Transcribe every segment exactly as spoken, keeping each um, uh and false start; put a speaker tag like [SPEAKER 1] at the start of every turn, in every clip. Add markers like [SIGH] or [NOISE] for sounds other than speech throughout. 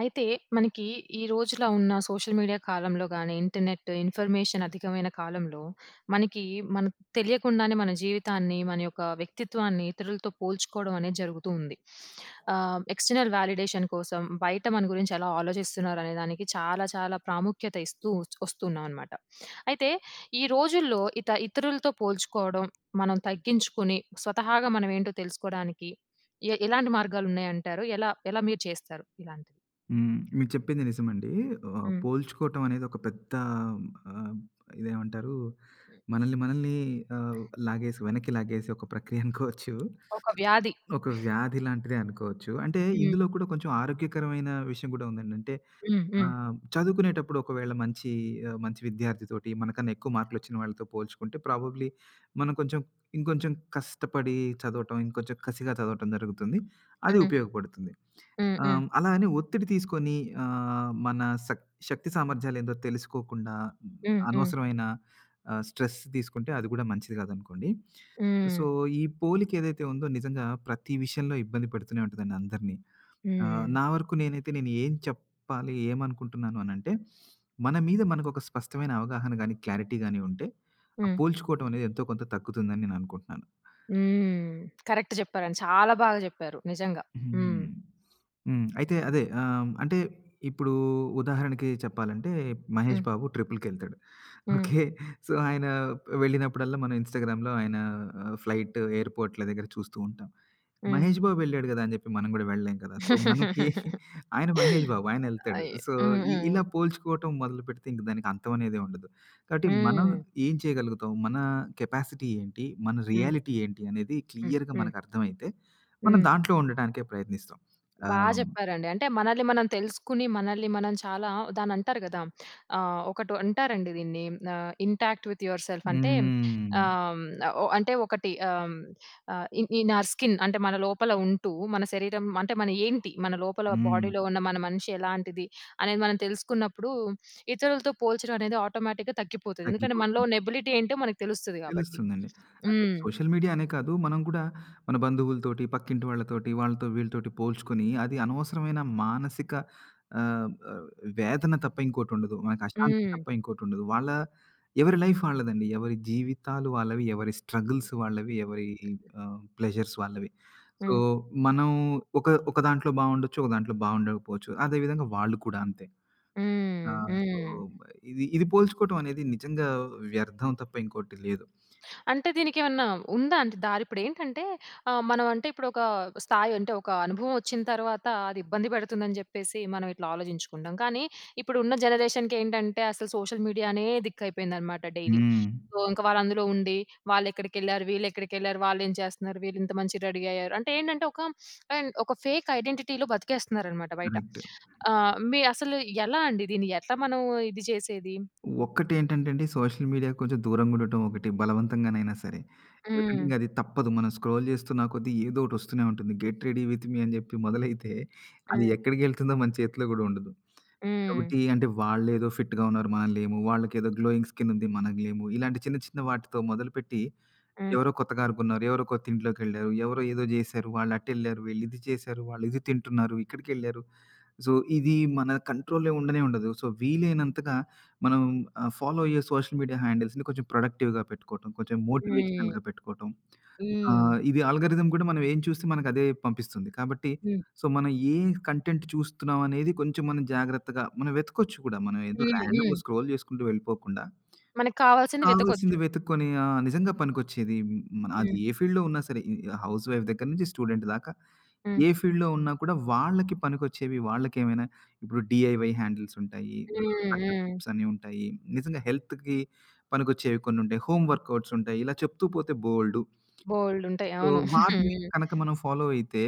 [SPEAKER 1] అయితే మనకి ఈ రోజులో ఉన్న సోషల్ మీడియా కాలంలో గాని, ఇంటర్నెట్ ఇన్ఫర్మేషన్ అధికమైన కాలంలో, మనకి మనకు తెలియకుండానే మన జీవితాన్ని, మన యొక్క వ్యక్తిత్వాన్ని ఇతరులతో పోల్చుకోవడం అనేది జరుగుతూ ఉంది. ఆహ్, ఎక్స్టర్నల్ వాలిడేషన్ కోసం బయట మన గురించి ఎలా ఆలోచిస్తున్నారనే దానికి చాలా చాలా ప్రాముఖ్యత ఇస్తూ వస్తున్నాం అనమాట. అయితే ఈ రోజుల్లో ఇత ఇతరులతో పోల్చుకోవడం మనం తగ్గించుకొని స్వతహాగా మనం ఏంటో తెలుసుకోవడానికి ఎ ఎలాంటి మార్గాలున్నాయంటారు? ఎలా ఎలా మీరు చేస్తారు ఇలాంటివి?
[SPEAKER 2] హ్మ్. మీరు చెప్పింది నిజమండి. ఆహ్,
[SPEAKER 1] హ్మ్.
[SPEAKER 2] పోల్చుకోవటం అనేది ఒక పెద్ద ఆహ్, ఇదేమంటారు?
[SPEAKER 1] హ్మ్.
[SPEAKER 2] మనల్ని మనల్ని ఆహ్, లాగేసి వెనక్కి లాగేసే ఒక ప్రక్రియ అనుకోవచ్చు.
[SPEAKER 1] ఒక వ్యాధి.
[SPEAKER 2] ఒక వ్యాధి లాంటిదే అనుకోవచ్చు. అంటే
[SPEAKER 1] హ్మ్.
[SPEAKER 2] ఇందులో కూడా కొంచెం ఆరోగ్యకరమైన విషయం కూడా ఉందండి. అంటే
[SPEAKER 1] హ్మ్. హ్మ్.
[SPEAKER 2] ఆహ్, చదువుకునేటప్పుడు ఒకవేళ మంచి ఆహ్, మంచి విద్యార్థితోటి మనకన్నా ఎక్కువ మార్కులొచ్చిన వాళ్ళతో పోల్చుకుంటే ప్రాబబ్లీ మనం కొంచెం ఇంకొంచెం కష్టపడి చదవటం, ఇంకొంచెం కసిగా చదవటం జరుగుతుంది. అది
[SPEAKER 1] హ్మ్.
[SPEAKER 2] ఉపయోగపడుతుంది.
[SPEAKER 1] హ్మ్. హ్మ్.
[SPEAKER 2] ఆహ్, అలా అని ఒత్తిడి తీసుకొని ఆహ్, మన శక్ శక్తి సామర్థ్యాలేందో తెలుసుకోకుండా
[SPEAKER 1] హ్మ్. హ్మ్.
[SPEAKER 2] అనవసరమైన ఆహ్, స్ట్రెస్ తీసుకుంటే అది కూడా మంచిది కాదనుకోండి. సో, ఈ పోలిక ఏదైతే ఉందో నిజంగా ప్రతి విషయంలో ఇబ్బంది పెడుతూనే ఉంటదండి అందరినీ. ఆహ్,
[SPEAKER 1] హ్మ్. హ్మ్.
[SPEAKER 2] నా వరకు నేనైతే నేను ఏం చెప్పాలి, ఏమనుకుంటున్నాను అనంటే, మన మీద మనకొక స్పష్టమైన అవగాహన గాని, క్లారిటీ గాని ఉంటే, ఆ
[SPEAKER 1] హ్మ్.
[SPEAKER 2] పోల్చుకోవటం అనేది ఎంతో కొంత తగ్గుతుందని నేను అనుకుంటున్నాను.
[SPEAKER 1] హ్మ్. కరెక్ట్ చెప్పారండి. చాలా బాగా చెప్పారు. నిజంగా. హ్మ్.
[SPEAKER 2] హ్మ్. హ్మ్. అయితే అదే ఆహ్, అంటే ఇప్పుడు ఉదాహరణకి చెప్పాలంటే 'మహేష్
[SPEAKER 1] హ్మ్.
[SPEAKER 2] బాబు' 'ట్రిపుల్'కెళ్తాడు.
[SPEAKER 1] హ్మ్.
[SPEAKER 2] ఓకే. సో, ఆయన వెళ్ళినప్పుడల్లా మనం ఇన్‌స్టాగ్రామ్‌లో ఆయన ఆహ్, ఫ్లైట్ ఎయిర్‌పోర్ట్‌ల దగ్గర చూస్తూ ఉంటాం.
[SPEAKER 1] హ్మ్.
[SPEAKER 2] మహేష్ బాబు వెళ్ళాడు గదా! అని జెప్పి మనం గూడా వెళ్ళలేం కదా! సో, మనకి
[SPEAKER 1] [LAUGHS]
[SPEAKER 2] ఆయన మహేష్ బాబు ఆయనెళ్తాడు.
[SPEAKER 1] అయ్యో!
[SPEAKER 2] సో,
[SPEAKER 1] హ్మ్.
[SPEAKER 2] ఇ
[SPEAKER 1] హ్మ్.
[SPEAKER 2] ఇలా పోల్చుకోవటం మొదలుపెడితే ఇంక దానికి అంతమనేదే ఉండదు. కాబట్టి మనం
[SPEAKER 1] హ్మ్.
[SPEAKER 2] ఏం చేయగలుగుతాం? మన కెపాసిటీ ఏంటి? మన
[SPEAKER 1] హ్మ్.
[SPEAKER 2] రియాలిటీ ఏంటి? అనేది
[SPEAKER 1] హ్మ్.
[SPEAKER 2] క్లియర్‌గా
[SPEAKER 1] హ్మ్.
[SPEAKER 2] మనకు అర్థమైతే మనం
[SPEAKER 1] హ్మ్.
[SPEAKER 2] దాంట్లో ఉండటానికే ప్రయత్నిస్తాం.
[SPEAKER 1] బా
[SPEAKER 2] ఆహ్,
[SPEAKER 1] చెప్పారండి. అంటే మనల్ని మనం తెలుసుకుని, మనల్ని మనం చాలా దాన్నంటారు గదా! ఆహ్, ఒకటి అంటారండి దీన్ని, ఆహ్, ఇంటాక్ట్ విత్ యువర్ సెల్ఫ్ అంటే
[SPEAKER 2] హ్మ్.
[SPEAKER 1] ఆహ్, ఓ అంటే ఒకటి, ఆహ్, ఆహ్, ఇన్ ఇన్ ఆర్ స్కిన్ అంటే మన లోపల ఉంటూ, మన శరీరం అంటే మన ఏంటి? మన లోపల
[SPEAKER 2] హ్మ్.
[SPEAKER 1] బాడీలో ఉన్న మన మనిషి ఎలాంటిది అనేది మనం తెలుసుకున్నప్పుడు, ఇతరులతో పోల్చడం అనేది ఆటోమేటిక్‌గా తగ్గిపోతది. ఎందుకంటే మనలో
[SPEAKER 2] తగ్గిపోతుంది.
[SPEAKER 1] ఉన్న ఎబిలిటీ ఏంటో మనకు తెలుస్తది గాబట్టి.
[SPEAKER 2] తెలుస్తుందండి. అదే
[SPEAKER 1] హ్మ్.
[SPEAKER 2] సోషల్ మీడియా అనే కాదు. మనం కూడా మన బంధువులతోటి, పక్కింటి వాళ్ళతోటి, వాళ్ళతో వీళ్ళతోటి పోల్చుకొని అది అనవసరమైన మానసిక ఆహ్, ఆహ్, వేదన తప్ప ఇంకోటుండదు. మనకు అశాంతి
[SPEAKER 1] హ్మ్.
[SPEAKER 2] తప్ప ఇంకోటుండదు. వాళ్ళ ఎవరి లైఫ్ వాళ్ళదండి. ఎవరి జీవితాలు వాళ్ళవి, ఎవరి స్ట్రగుల్స్ వాళ్ళవి, ఎవరి ఆహ్, ప్లెజర్స్ వాళ్ళవి. సో,
[SPEAKER 1] హ్మ్.
[SPEAKER 2] మనం ఒక ఒక దాంట్లో బావుండొచ్చు, ఒక దాంట్లో బావుండకపోవచ్చు. అదే విధంగా వాళ్ళు కూడా అంతే.
[SPEAKER 1] హ్మ్.
[SPEAKER 2] ఆ! సో,
[SPEAKER 1] హ్మ్.
[SPEAKER 2] ఇది ఇది పోల్చుకోవటం అనేది నిజంగా వ్యర్థం తప్ప ఇంకోటి లేదు.
[SPEAKER 1] అంటే దీనికేమన్నా ఉందా అంటే దారి? ఇప్పుడేంటంటే, ఆహ్, మనం అంటే ఇప్పుడొక స్థాయి అంటే ఒక అనుభవం వచ్చిన తర్వాత అది ఇబ్బంది పెడుతుందని జెప్పేసి మనం ఇట్లా ఆలోచించుకుంటాం. కానీ ఇప్పుడున్న జనరేషన్‌కేంటంటే అసలు సోషల్ మీడియానే దిక్కయిపోయిందనమాట డైలీ.
[SPEAKER 2] హ్మ్.
[SPEAKER 1] సో, ఇంక వాళ్ళందులో ఉండి వాళ్ళెక్కడికెళ్లారు, వీళ్ళెక్కడికెళ్లారు, వాళ్ళేం చేస్తున్నారు, వీళ్ళింత మంచిగా రెడీ అయ్యారు. అంటే ఏంటంటే ఒక అండ్ ఒక ఫేక్ ఐడెంటిటీలో బతికేస్తున్నారనమాట బయట.
[SPEAKER 2] కరెక్ట్.
[SPEAKER 1] ఆహ్, మీ అసలు ఎలా అండి దీన్ని ఎట్లా మనం ఇది చేసేది?
[SPEAKER 2] ఒక్కటేంటంటే అండి సోషల్ మీడియాకి కొంచెం దూరంగా ఉండటం ఒకటి బలవంతంగానైనా సరే. ఎందుకంటే
[SPEAKER 1] హ్మ్.
[SPEAKER 2] ఇంక అది తప్పదు. మనం స్క్రోల్ చేస్తున్న కొద్దీ ఏదో ఒకటి వస్తూనే ఉంటుంది. గెట్ రెడీ విత్ మీ అని చెప్పి మొదలైతే అది
[SPEAKER 1] హ్మ్.
[SPEAKER 2] ఎక్కడికెళ్తుందో మన చేతిలో కూడా ఉండదు.
[SPEAKER 1] హ్మ్.
[SPEAKER 2] కాబట్టి అంటే వాళ్ళేదో ఫిట్‌గా ఉన్నారు మనం లేము. వాళ్ళకేదో గ్లోయింగ్ స్కిన్ ఉంది మనం లేము. ఇలాంటి చిన్న చిన్న వాటితో మొదలుపెట్టి
[SPEAKER 1] హ్మ్.
[SPEAKER 2] ఎవరో కొత్తగా అనుకున్నారు. ఎవరో కొత్త ఇంట్లోకెళ్లారు. ఎవరో ఏదో జేశారు. వాళ్ళు అటెళ్లారు. వీళ్ళిది చేశారు. వాళ్ళిది తింటున్నారు. ఇక్కడికెళ్లారు. సో, ఇది మన కంట్రోల్‌లో ఉండనే ఉండదు. సో, వీలైనంతగా మనం ఆహ్, ఫాలో అయ్యే సోషల్ మీడియా హ్యాండిల్స్‌ని కొంచెం ప్రొడక్టివ్‌గా పెట్టుకోవటం. కొంచెం
[SPEAKER 1] హ్మ్.
[SPEAKER 2] మోటివేషనల్‌గా పెట్టుకోవటం.
[SPEAKER 1] హ్మ్.
[SPEAKER 2] ఆహ్, ఇది ఆల్‌గారిథం కూడా మనం ఏం చూస్తే మనకదే పంపిస్తుంది. కాబట్టి
[SPEAKER 1] హ్మ్.
[SPEAKER 2] సో, మనం ఏ కంటెంట్ చూస్తున్నామనేది కొంచెం మనం జాగ్రత్తగా మనం వెతకొచ్చు కూడా. మనం ఏదో
[SPEAKER 1] హ్మ్. హ్మ్.
[SPEAKER 2] ర్యాండమ్‌గా స్క్రోల్ చేసుకుంటూ వెళ్ళిపోకుండా
[SPEAKER 1] మనకు కావాల్సింది
[SPEAKER 2] కావాల్సింది
[SPEAKER 1] వెతకొచ్చు.
[SPEAKER 2] వెతుక్కొని ఆ! నిజంగా పనికొచ్చేది. మన అది
[SPEAKER 1] హ్మ్.
[SPEAKER 2] ఏ ఫీల్డ్‌లో ఉన్నా సరే, ఈ హౌస్ వైఫ్ దగ్గర నుంచి స్టూడెంట్ దాకా
[SPEAKER 1] హ్మ్.
[SPEAKER 2] ఏ ఫీల్డ్‌లో ఉన్నా కూడా వాళ్ళకి పనికొచ్చేవి. వాళ్ళకేమైనా ఇప్పుడు డీఐవై హ్యాండిల్స్ ఉంటాయి.
[SPEAKER 1] హ్మ్.
[SPEAKER 2] సక్సెస్
[SPEAKER 1] హ్మ్.
[SPEAKER 2] టిప్స్ అని ఉంటాయి. నిజంగా హెల్త్‌కి పనికొచ్చేవి కొన్ని ఉంటాయి. హోమ్ వర్కౌట్స్ ఉంటాయి. ఇలా చెప్తూ పోతే బోలెడు.
[SPEAKER 1] బోలెడుంటాయి.
[SPEAKER 2] సో,
[SPEAKER 1] అవును.
[SPEAKER 2] వాటిని
[SPEAKER 1] హ్మ్.
[SPEAKER 2] కనుక మనం ఫాలో అయితే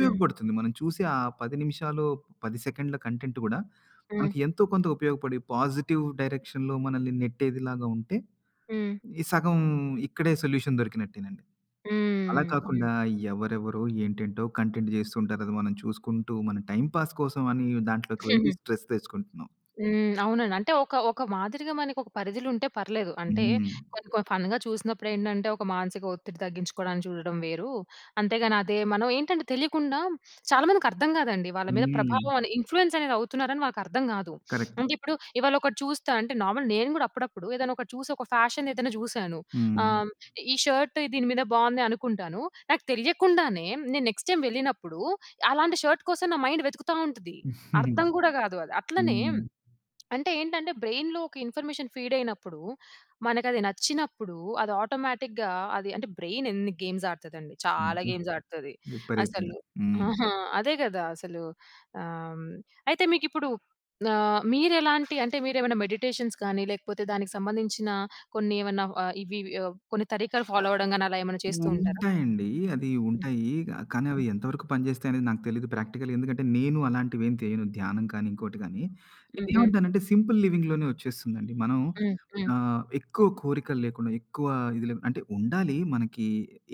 [SPEAKER 1] హ్మ్.
[SPEAKER 2] మనం చూసి ఆ పది నిమిషాలు, పది సెకండ్ల కంటెంట్ కూడా
[SPEAKER 1] హ్మ్.
[SPEAKER 2] మనకి ఎంతో కొంత ఉపయోగపడి పాజిటివ్ డైరెక్షన్‌లో మనల్ని నెట్టేదిలాగా ఉంటే
[SPEAKER 1] హ్మ్.
[SPEAKER 2] ఈ సగం ఇక్కడే సొల్యూషన్ దొరికినట్టేనండి. అలా
[SPEAKER 1] హ్మ్.
[SPEAKER 2] కాకుండా ఎవరెవరో ఏంటేంటో కంటెంట్ జేస్తుంటారు. అది మనం చూసుకుంటూ మన టైమ్ పాస్ కోసం అని దాంట్లోకి వెళ్లి
[SPEAKER 1] హ్మ్.
[SPEAKER 2] స్ట్రెస్ తెచ్చుకుంటున్నాం.
[SPEAKER 1] హ్మ్. అవునండి. అంటే ఒక ఒక మాదిరిగా మనకొక పరిధులుంటే పర్లేదు. అంటే
[SPEAKER 2] హ్మ్.
[SPEAKER 1] కొన్ని కొన్ని ఫన్‌గా చూసినప్పుడేంటంటే ఒక మానసిక ఒత్తిడి తగ్గించుకోవడానికి చూడడం వేరు. అంతేగాని అదే మనం ఏంటంటే తెలియకుండా చాలా మందికర్థం కాదండి. వాళ్ళ మీద
[SPEAKER 2] హ్మ్.
[SPEAKER 1] ప్రభావం అని ఇన్‌ఫ్లూయెన్స్ అనేది అవుతున్నారని వాళ్ళకర్థం కాదు.
[SPEAKER 2] కరెక్ట్.
[SPEAKER 1] అంటే ఇప్పుడు ఇవాళ ఒకటి చూస్తా అంటే నార్మల్ నేను గూడా అప్పుడప్పుడు ఏదైనా ఒకటి చూసి ఒక ఫ్యాషన్ ఏదైనా చూసాను.
[SPEAKER 2] హ్మ్.
[SPEAKER 1] ఆహ్, ఈ షర్ట్ దీని మీద బావుంది అనుకుంటాను. నాకు తెలియకుండానే నేను నెక్స్ట్ టైమ్ వెళ్ళినప్పుడు అలాంటి షర్ట్ కోసం నా మైండ్ వెతుకుతా ఉంటది. అర్థం గూడా కాదు అది. అట్లనే
[SPEAKER 2] హ్మ్.
[SPEAKER 1] అంటే ఏంటంటే బ్రెయిన్‌లో ఒక ఇన్ఫర్మేషన్ ఫీడ్ అయినప్పుడు, మనకది నచ్చినప్పుడు అది ఆటోమేటిక్‌గా అది అంటే బ్రెయిన్ ఎన్ని గేమ్స్ ఆడతదండి. చాలా
[SPEAKER 2] అబ్బా!
[SPEAKER 1] గేమ్స్ ఆడతది. అసలు
[SPEAKER 2] విపరీతంగా. హ్మ్.
[SPEAKER 1] ఆహా! అదే గదా! అసలు ఆహ్, అయితే మీకిప్పుడు ఆహ్, మీరెలాంటి అంటే మీరేమైనా మెడిటేషన్స్ కానీ, లేకపోతే దానికి సంబంధించిన కొన్ని ఏమన్నా ఆహ్, ఇవి, ఆహ్, కొన్ని తరీకాలు ఫాలో అవ్వడం గాని అలా ఏమైనా చేస్తూ ఉంటారా?
[SPEAKER 2] ఉంటాయండి. అది ఉంటాయి. గా కానీ అవి
[SPEAKER 1] హ్మ్.
[SPEAKER 2] ఎంతవరకు పనిచేస్తాయి అనేది నాకు తెలీదు ప్రాక్టికల్‌గా. ఎందుకంటే నేను అలాంటివేం చేయను. ధ్యానం కానీ, ఇంకోటి కానీ.
[SPEAKER 1] హ్మ్. హ్మ్.
[SPEAKER 2] నేనేమంటానంటే సింపుల్ లివింగ్‌లోనే వచ్చేస్తుందండి. మనం
[SPEAKER 1] హ్మ్. హ్మ్.
[SPEAKER 2] ఆహ్, ఎక్కువ కోరికలు లేకుండా, ఎక్కువ ఇది లేకుండా అంటే ఉండాలి. మనకి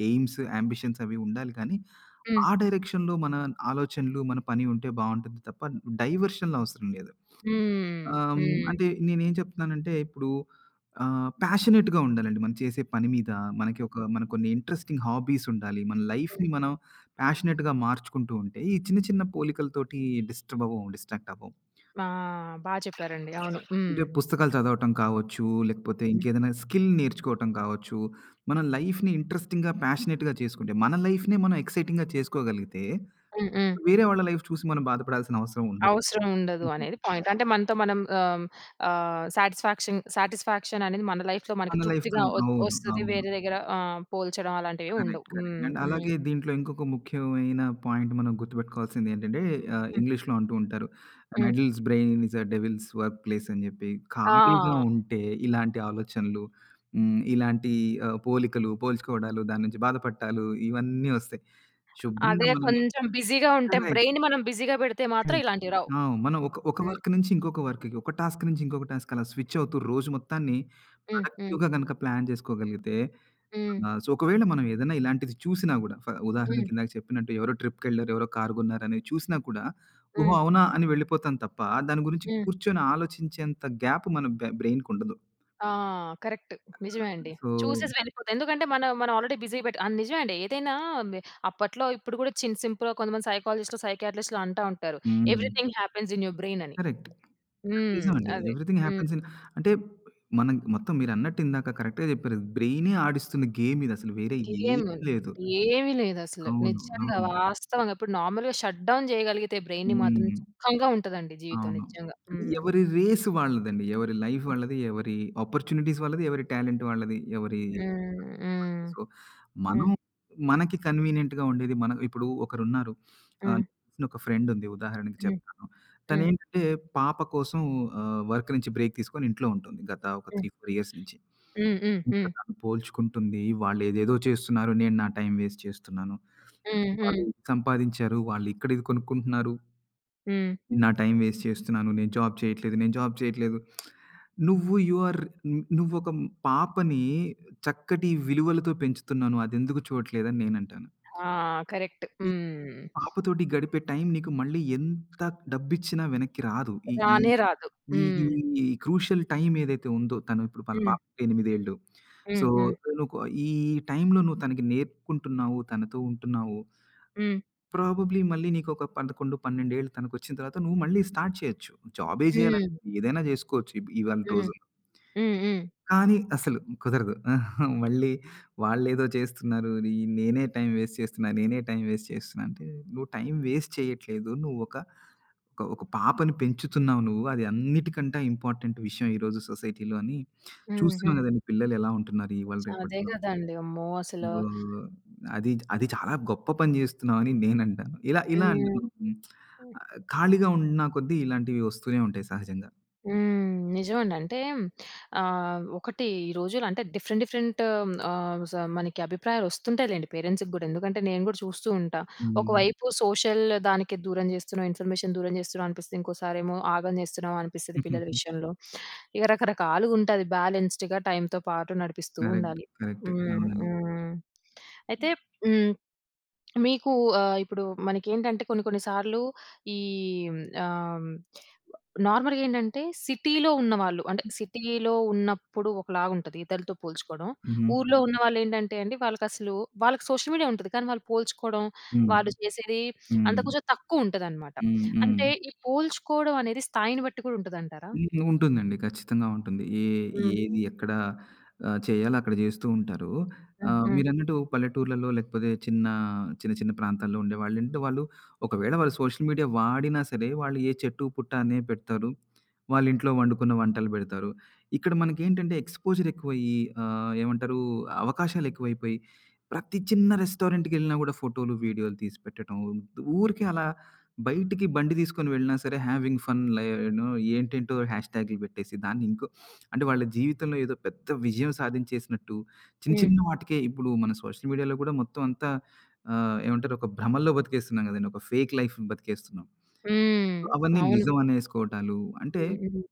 [SPEAKER 2] ఎయిమ్స్, యాంబిషన్స్ అవి ఉండాలి కానీ,
[SPEAKER 1] హ్మ్.
[SPEAKER 2] ఆ డైరెక్షన్‌లో మన ఆలోచనలు, మన పని ఉంటే బావుంటుంది తప్ప డైవర్షన్‌లు అవసరం లేదు.
[SPEAKER 1] హ్మ్.
[SPEAKER 2] ఆహ్, హ్మ్.
[SPEAKER 1] హ్మ్.
[SPEAKER 2] అంటే నేనేం చెప్తున్నానంటే ఇప్పుడు ఆహ్, ప్యాషనేట్‌గా ఉండాలండి. మనం చేసే పని మీద మనకి ఒక మన కొన్ని ఇంట్రెస్టింగ్ హాబీస్ ఉండాలి. మన
[SPEAKER 1] హ్మ్.
[SPEAKER 2] లైఫ్‌ని మనం ప్యాషనేట్‌గా మార్చుకుంటూ ఉంటే ఈ చిన్న చిన్న పోలికలతోటి డిస్టర్బ్ అవ్వం, డిస్ట్రాక్ట్ అవ్వం.
[SPEAKER 1] ఆ! బా చెప్పారండి. అవును. హ్మ్.
[SPEAKER 2] అంటే పుస్తకాలు చదవటం కావచ్చు, లేకపోతే
[SPEAKER 1] హ్మ్.
[SPEAKER 2] ఇంకేదైనా స్కిల్ నేర్చుకోవటం కావచ్చు. మన లైఫ్‌ని ఇంట్రెస్టింగ్‌గా, ప్యాషనేట్‌గా చేసుకుంటే మన లైఫ్‌నే మనం ఎక్సైటింగ్‌గా చేసుకోగలిగితే
[SPEAKER 1] హ్మ్. హ్మ్.
[SPEAKER 2] వేరే వాళ్ళ లైఫ్ చూసి మనం బాధపడాల్సిన అవసరం ఉండదు.
[SPEAKER 1] అవసరం ఉండదు అనేది పాయింట్. అంటే మనతో మనం, ఆహ్, ఆహ్, సాటిస్‌ఫాక్షన్ సాటిస్‌ఫాక్షన్ అనేది మన లైఫ్‌లో మనకి
[SPEAKER 2] మన
[SPEAKER 1] తృప్తిగా
[SPEAKER 2] లైఫ్‌తోనే
[SPEAKER 1] ఒ
[SPEAKER 2] అవును.
[SPEAKER 1] ఒస్తది.
[SPEAKER 2] అవును.
[SPEAKER 1] వేరే దగ్గర ఆహ్, పోల్చడం అలాంటివి ఉండవు.
[SPEAKER 2] కరెక్ట్. కరెక్ట్.
[SPEAKER 1] హ్మ్.
[SPEAKER 2] అండ్
[SPEAKER 1] హ్మ్.
[SPEAKER 2] అలాగే దీంట్లో ఇంకొక ముఖ్యమైన పాయింట్ మనం గుర్తుపెట్టుకోవాల్సింది ఏంటంటే ఆహ్,
[SPEAKER 1] హ్మ్.
[SPEAKER 2] ఇంగ్లీష్‌లో అంటూ ఉంటారు. "An
[SPEAKER 1] hmm.
[SPEAKER 2] Adults brain is a devil's work place" అని చెప్పి
[SPEAKER 1] ఆ!
[SPEAKER 2] ఖాళీగా ఉంటే ఇలాంటి ఆలోచనలు, హ్మ్, ఇలాంటి ఆహ్, పోలికలు, పోల్చుకోవడాలు, దాని నుంచి బాధపడటాలు ఇవన్నీ వస్తాయి. శుభ్రంగా
[SPEAKER 1] అదే
[SPEAKER 2] మనం
[SPEAKER 1] కొంచెం బిజీగా ఉంటే
[SPEAKER 2] కరెక్ట్.
[SPEAKER 1] బ్రెయిన్‌ని మనం బిజీగా పెడితే మాత్రం
[SPEAKER 2] కరెక్ట్.
[SPEAKER 1] ఇలాంటివి రావు.
[SPEAKER 2] ఆ! మనం ఒక ఒక
[SPEAKER 1] హ్మ్.
[SPEAKER 2] వర్క్ నుంచి ఇంకొక వర్క్‌కి, ఒక టాస్క్ నుంచి ఇంకొక టాస్క్ అలా స్విచ్ అవుతూ రోజు మొత్తాన్ని
[SPEAKER 1] హ్మ్. హ్మ్.
[SPEAKER 2] ప్రొడక్టివ్‌గా గనక ప్లాన్ చేసుకోగలిగితే
[SPEAKER 1] హ్మ్.
[SPEAKER 2] ఆ! సో, ఒకవేళ మనం ఏదైనా ఇలాంటిది చూసినా గూడా ఫ
[SPEAKER 1] హ్మ్.
[SPEAKER 2] ఉదాహరణకి ఇందాక చెప్పినట్టు ఎవరో ట్రిప్‌కెళ్లారు, ఎవరో కారు కొన్నారనేది చూసినా కూడా, ఓహో!
[SPEAKER 1] హ్మ్.
[SPEAKER 2] అవునా! అని వెళ్ళిపోతాం తప్ప, దాని గురించి
[SPEAKER 1] హ్మ్.
[SPEAKER 2] కూర్చొని ఆలోచించేంత గ్యాప్ మన బె బ్రెయిన్‌కుండదు.
[SPEAKER 1] ఆ! కరెక్ట్. నిజమే అండి.
[SPEAKER 2] సో
[SPEAKER 1] చూసేసి వెళ్ళిపోతాం. ఎందుకంటే మనం మనం ఆల్రెడీ బిజీ పెట్, ఆహ్, నిజమే అండి. ఏదైనా మి అప్పట్లో ఇప్పుడు కూడా చిన్ సింపుల్‌గా కొంతమంది సైకాలజిస్ట్‌లు, సైకియాట్రిస్ట్‌లు అంటా ఉంటారు.
[SPEAKER 2] హ్మ్.
[SPEAKER 1] Everything happens in your brain అని.
[SPEAKER 2] కరెక్ట్.
[SPEAKER 1] హ్మ్.
[SPEAKER 2] నిజమండి.
[SPEAKER 1] అదే.
[SPEAKER 2] ఎవ్రీథింగ్
[SPEAKER 1] హ్మ్.
[SPEAKER 2] హ్యాపెన్స్ ఇన్ అంటే మనం మొత్తం మీరన్నట్టు ఇందాక కరెక్ట్‌గా చెప్పారు. బ్రెయినే ఆడిస్తున్న గేమ్ ఇదసలు వేరే ఏమీ
[SPEAKER 1] ఏమి
[SPEAKER 2] లేదు.
[SPEAKER 1] ఏమీ లేదసలు.
[SPEAKER 2] అవును.
[SPEAKER 1] నిజంగా
[SPEAKER 2] అవును.
[SPEAKER 1] వాస్తవంగా ఇప్పుడు నార్మల్‌గా షట్ డౌన్ చేయగలిగితే బ్రెయిన్‌ని మాత్రం
[SPEAKER 2] హ్మ్.
[SPEAKER 1] సుఖంగా ఉంటదండి జీవితం
[SPEAKER 2] అవును.
[SPEAKER 1] నిజంగా.
[SPEAKER 2] అంటే
[SPEAKER 1] హ్మ్.
[SPEAKER 2] ఎవరి రేస్ వాళ్ళదండి. ఎవరి లైఫ్ వాళ్ళది, ఎవరి ఆపర్చునిటీస్ వాళ్ళది, ఎవరి టాలెంట్ వాళ్ళది, ఎవరి
[SPEAKER 1] హ్మ్. హ్మ్.
[SPEAKER 2] సో, మనం
[SPEAKER 1] హ్మ్.
[SPEAKER 2] మనకి కన్వీనియంట్‌గా ఉండేది మనం ఇప్పుడు ఒకరున్నారు. ఆహ్,
[SPEAKER 1] హ్మ్.
[SPEAKER 2] నాకు తెలిసిన ఒక ఫ్రెండ్ ఉంది ఉదాహరణకి చెప్తాను.
[SPEAKER 1] హ్మ్.
[SPEAKER 2] తనేంటంటే పాప కోసం ఆహ్, వర్క్ నుంచి బ్రేక్ తీసుకొని ఇంట్లో ఉంటుంది గత ఒక మూడు,
[SPEAKER 1] హ్మ్.
[SPEAKER 2] నాలుగు ఇయర్స్ నుంచి.
[SPEAKER 1] హ్మ్. హ్మ్. హ్మ్.
[SPEAKER 2] ఇంకా
[SPEAKER 1] హ్మ్.
[SPEAKER 2] తను పోల్చుకుంటుంది. వాళ్ళేదేదో చేస్తున్నారు. నేను నా టైం వేస్ట్ చేస్తున్నాను.
[SPEAKER 1] హ్మ్. హ్మ్.
[SPEAKER 2] వాళ్ళు ఇది సంపాదించారు. వాళ్ళు ఇక్కడ ఇది కొనుక్కుంటున్నారు.
[SPEAKER 1] హ్మ్.
[SPEAKER 2] నా టైం వేస్ట్ చేస్తున్నాను. నేను జాబ్ చేయట్లేదు. నేను జాబ్ చేయట్లేదు. నువ్వు యూ ఆర్ నువ్వొక పాపని చక్కటి విలువలతో పెంచుతున్నావు. అదెందుకు చూడట్లేదని నేనంటాను.
[SPEAKER 1] ఆ! కరెక్ట్.
[SPEAKER 2] ఈ
[SPEAKER 1] హ్మ్.
[SPEAKER 2] పాపతోటి గడిపే టైం నీకు మళ్ళీ ఎంత డబ్బిచ్చినా వెనక్కి రాదు. ఈ ఈ
[SPEAKER 1] రానే రాదు.
[SPEAKER 2] ఈ ఈ
[SPEAKER 1] హ్మ్.
[SPEAKER 2] ఈ క్రూషియల్ టైం ఏదైతే ఉందో తను ఇప్పుడు వాళ్ళ
[SPEAKER 1] హ్మ్.
[SPEAKER 2] పాపకి ఎనిమిది ఏళ్ళు. సో,
[SPEAKER 1] హ్మ్. హ్మ్.
[SPEAKER 2] తనుకు ఈ టైంలో నువ్వు తనకి నేర్పుకుంటున్నావు. తనతో ఉంటున్నావు.
[SPEAKER 1] హ్మ్.
[SPEAKER 2] ప్రాబబ్లీ మళ్ళీ నీకొక పదకొండు, పన్నెండు ఏళ్ళు తనకొచ్చిన తర్వాత నువ్వు మళ్ళీ స్టార్ట్ చేయొచ్చు. జాబే చేయాలని
[SPEAKER 1] హ్మ్.
[SPEAKER 2] ఏదైనా జేసుకోవచ్చు ఇప్ ఇవాళ
[SPEAKER 1] హ్మ్.
[SPEAKER 2] రోజుల్లో.
[SPEAKER 1] హ్మ్. హ్మ్.
[SPEAKER 2] కానీ అసలు కుదరదు. [LAUGHS] మళ్ళీ వాళ్ళేదో చేస్తున్నారు. నీ నేనే టైం వేస్ట్ చేస్తున్నా, నేనే టైం వేస్ట్ చేస్తున్నా అంటే నువ్వు టైం వేస్ట్ చేయట్లేదు. నువ్వు ఒక ఒక ఒక పాపని పెంచుతున్నావు నువ్వు. అది అన్నిటికంటే ఇంపార్టెంట్ విషయం ఈరోజు సొసైటీలో అని
[SPEAKER 1] హ్మ్.
[SPEAKER 2] చూస్తున్నాం
[SPEAKER 1] హ్మ్.
[SPEAKER 2] గదండీ పిల్లలు ఎలా ఉంటున్నారు ఇవాళ
[SPEAKER 1] అదే
[SPEAKER 2] రేపట్లో.
[SPEAKER 1] గదండీ! అమ్మో! అసలు.
[SPEAKER 2] ఓహ్! అది అది చాలా గొప్ప పని జేస్తున్నావని నేనంటాను. ఇలా ఇలా అంటే
[SPEAKER 1] హ్మ్.
[SPEAKER 2] మనం ఆహ్, ఖాళీగా ఉన్న కొద్దీ ఇలాంటివి వస్తూనే ఉంటాయి సహజంగా.
[SPEAKER 1] హ్మ్. నిజమండి. అంటే ఆహ్, ఒకటి ఈ రోజులు అంటే డిఫరెంట్ డిఫరెంట్, ఆహ్, స మనకి అభిప్రాయాలు వస్తుంటాయిలెండి పేరెంట్స్‌కి గూడా. ఎందుకంటే నేను గూడా చూస్తూ ఉంటా. హ్మ్.
[SPEAKER 2] హ్మ్.
[SPEAKER 1] ఒకవైపు సోషల్ దానికి దూరం జేస్తున్నావు, ఇన్ఫర్మేషన్ దూరం జేస్తున్నావు అనిపిస్తది. ఇంకోసారేమో ఆగం జేస్తున్నావు అనిపిస్తది పిల్లల
[SPEAKER 2] [LAUGHS]
[SPEAKER 1] విషయంలో. ఇక రకరకాలుగుంటది. బ్యాలెన్స్డ్‌గా టైమ్‌తో పాటు నడిపిస్తూ
[SPEAKER 2] కరెక్ట్.
[SPEAKER 1] ఉండాలి.
[SPEAKER 2] కరెక్ట్.
[SPEAKER 1] హ్మ్.
[SPEAKER 2] అవునండి.
[SPEAKER 1] హ్మ్. అయితే హ్మ్. మీకు ఆహ్, ఇప్పుడు మనకేంటంటే కొన్ని కొన్ని సార్లు ఈ ఆహ్, నార్మల్‌గా ఏంటంటే సిటీలో ఉన్నవాళ్ళు అంటే సిటీలో ఉన్నప్పుడు ఒకలాగుంటది ఇతరులతో పోల్చుకోవడం.
[SPEAKER 2] హుహు.
[SPEAKER 1] ఊర్లో హ్మ్. ఉన్నవాళ్ళేంటంటే అండి వాళ్ళకసలు వాళ్ళకి సోషల్ మీడియా ఉంటది. కానీ వాళ్ళు పోల్చుకోవడం,
[SPEAKER 2] హ్మ్.
[SPEAKER 1] వాళ్ళు చేసేది అంత
[SPEAKER 2] హ్మ్.
[SPEAKER 1] కొంచెం తక్కువుంటదనమాట.
[SPEAKER 2] హ్మ్. హ్మ్.
[SPEAKER 1] అంటే ఈ పోల్చుకోవడం అనేది స్థాయిని బట్టి కూడా ఉంటదంటారా?
[SPEAKER 2] హ్మ్. ఉంటుందండి. ఖచ్చితంగా ఉంటుంది. ఏ
[SPEAKER 1] హ్మ్.
[SPEAKER 2] ఏది ఎక్కడ ఆహ్, చేయాలో అక్కడ చేస్తూ ఉంటారు.
[SPEAKER 1] హ్మ్.
[SPEAKER 2] ఆహ్,
[SPEAKER 1] హ్మ్.
[SPEAKER 2] మీరన్నట్టు పల్లెటూర్లలో లేకపోతే చిన్న, చిన్న చిన్న ప్రాంతాల్లో ఉండేవాళ్ళంటే వాళ్ళు ఒకవేళ వాళ్ళు సోషల్ మీడియా వాడినా సరే వాళ్ళు ఏ చెట్టు, పుట్ట అనే పెడతారు. వాళ్ళ ఇంట్లో వండుకున్న వంటలు పెడతారు. ఇక్కడ మనకేంటంటే ఎక్స్‌పోజర్ ఎక్కువయ్యి ఆహ్, ఏమంటారు అవకాశాలు ఎక్కువైపోయి ప్రతి చిన్న రెస్టారెంట్‌కెళ్ళినా కూడా ఫోటోలు, వీడియోలు తీసి పెట్టడం ఊరికే అలా బయటికి బండి తీసుకొని వెళ్ళినా సరే హ్యావింగ్ ఫన్ లై నో ఏంటేంటో హ్యాష్ ట్యాగులు పెట్టేసి, దాన్ని ఇంకో అంటే వాళ్ళ జీవితంలో ఏదో పెద్ద విజయం సాధించేసినట్టు, చిన్న
[SPEAKER 1] హ్మ్.
[SPEAKER 2] చిన్న వాటికే ఇప్పుడు మన సోషల్ మీడియాలో కూడా మొత్తం అంతా ఆహ్, ఏమంటారు ఒక భ్రమల్లో బతికేస్తున్నాం గదండీ. ఒక ఫేక్ లైఫ్ బతికేస్తున్నాం.
[SPEAKER 1] హ్మ్.
[SPEAKER 2] అవన్నీ
[SPEAKER 1] అవును.
[SPEAKER 2] నిజం అనేసుకోవటాలు అంటే
[SPEAKER 1] హ్మ్. హ్మ్.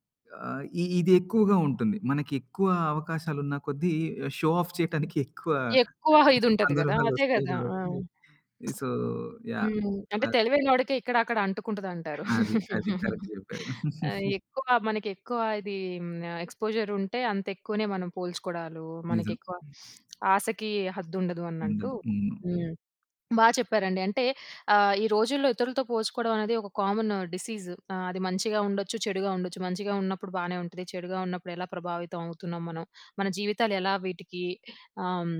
[SPEAKER 2] ఆహ్, ఇ ఇది ఎక్కువగా ఉంటుంది. మనకి ఎక్కువ అవకాశాలున్న కొద్దీ షో ఆఫ్ చేయటానికి ఎక్కువ
[SPEAKER 1] ఎక్కువ ఇదుంటది గదా! అదే
[SPEAKER 2] సందర్భాలొస్తాయి
[SPEAKER 1] గదా! ఆ!
[SPEAKER 2] గాబట్టి, సో యాహ్!
[SPEAKER 1] హ్మ్. అంటే
[SPEAKER 2] అలా
[SPEAKER 1] తెలివైనోడికి ఇక్కడ అక్కడ అంటుకుంటదంటారు.
[SPEAKER 2] అది. అది కరెక్ట్ జెప్పారు.
[SPEAKER 1] ఆహ్, ఎక్కువ మనకెక్కువ ఇది హ్మ్, ఎక్స్‌పోజర్ ఉంటే అంత ఎక్కువనే మనం పోల్చుకోవడాలు,
[SPEAKER 2] నిజం.
[SPEAKER 1] మనకెక్కువ ఆశకి హద్దుండదు అన్నట్టు.
[SPEAKER 2] ఉండదు. హ్మ్.
[SPEAKER 1] హ్మ్. బా చెప్పారండి. అంటే ఆహ్, ఈ రోజుల్లో ఇతరులతో పోల్చుకోవడం అనేది ఒక కామన్ డిసీజ్. ఆహ్, అది మంచిగా ఉండొచ్చు, చెడుగా ఉండొచ్చు. మంచిగా ఉన్నప్పుడు బానే ఉంటది. చెడుగా ఉన్నప్పుడు ఎలా ప్రభావితం అవుతున్నాం మనం? మన జీవితాలు ఎలా వీటికి ఆహ్,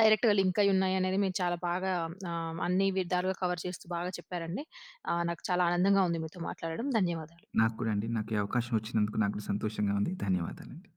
[SPEAKER 1] డైరెక్ట్‌గా లింక్ అయ్యున్నాయనేది మీరు చాలా బాగా ఆహ్, అన్ని విధాలుగా కవర్ చేస్తూ బాగా చెప్పారండి. ఆహ్, నాకు చాలా ఆనందంగా ఉంది మీతో మాట్లాడడం. ధన్యవాదాలు.
[SPEAKER 2] నాకు కూడా అండి. నాకు ఈ అవకాశం వచ్చినందుకు నాకు కూడా సంతోషంగా ఉంది. ధన్యవాదాలండి.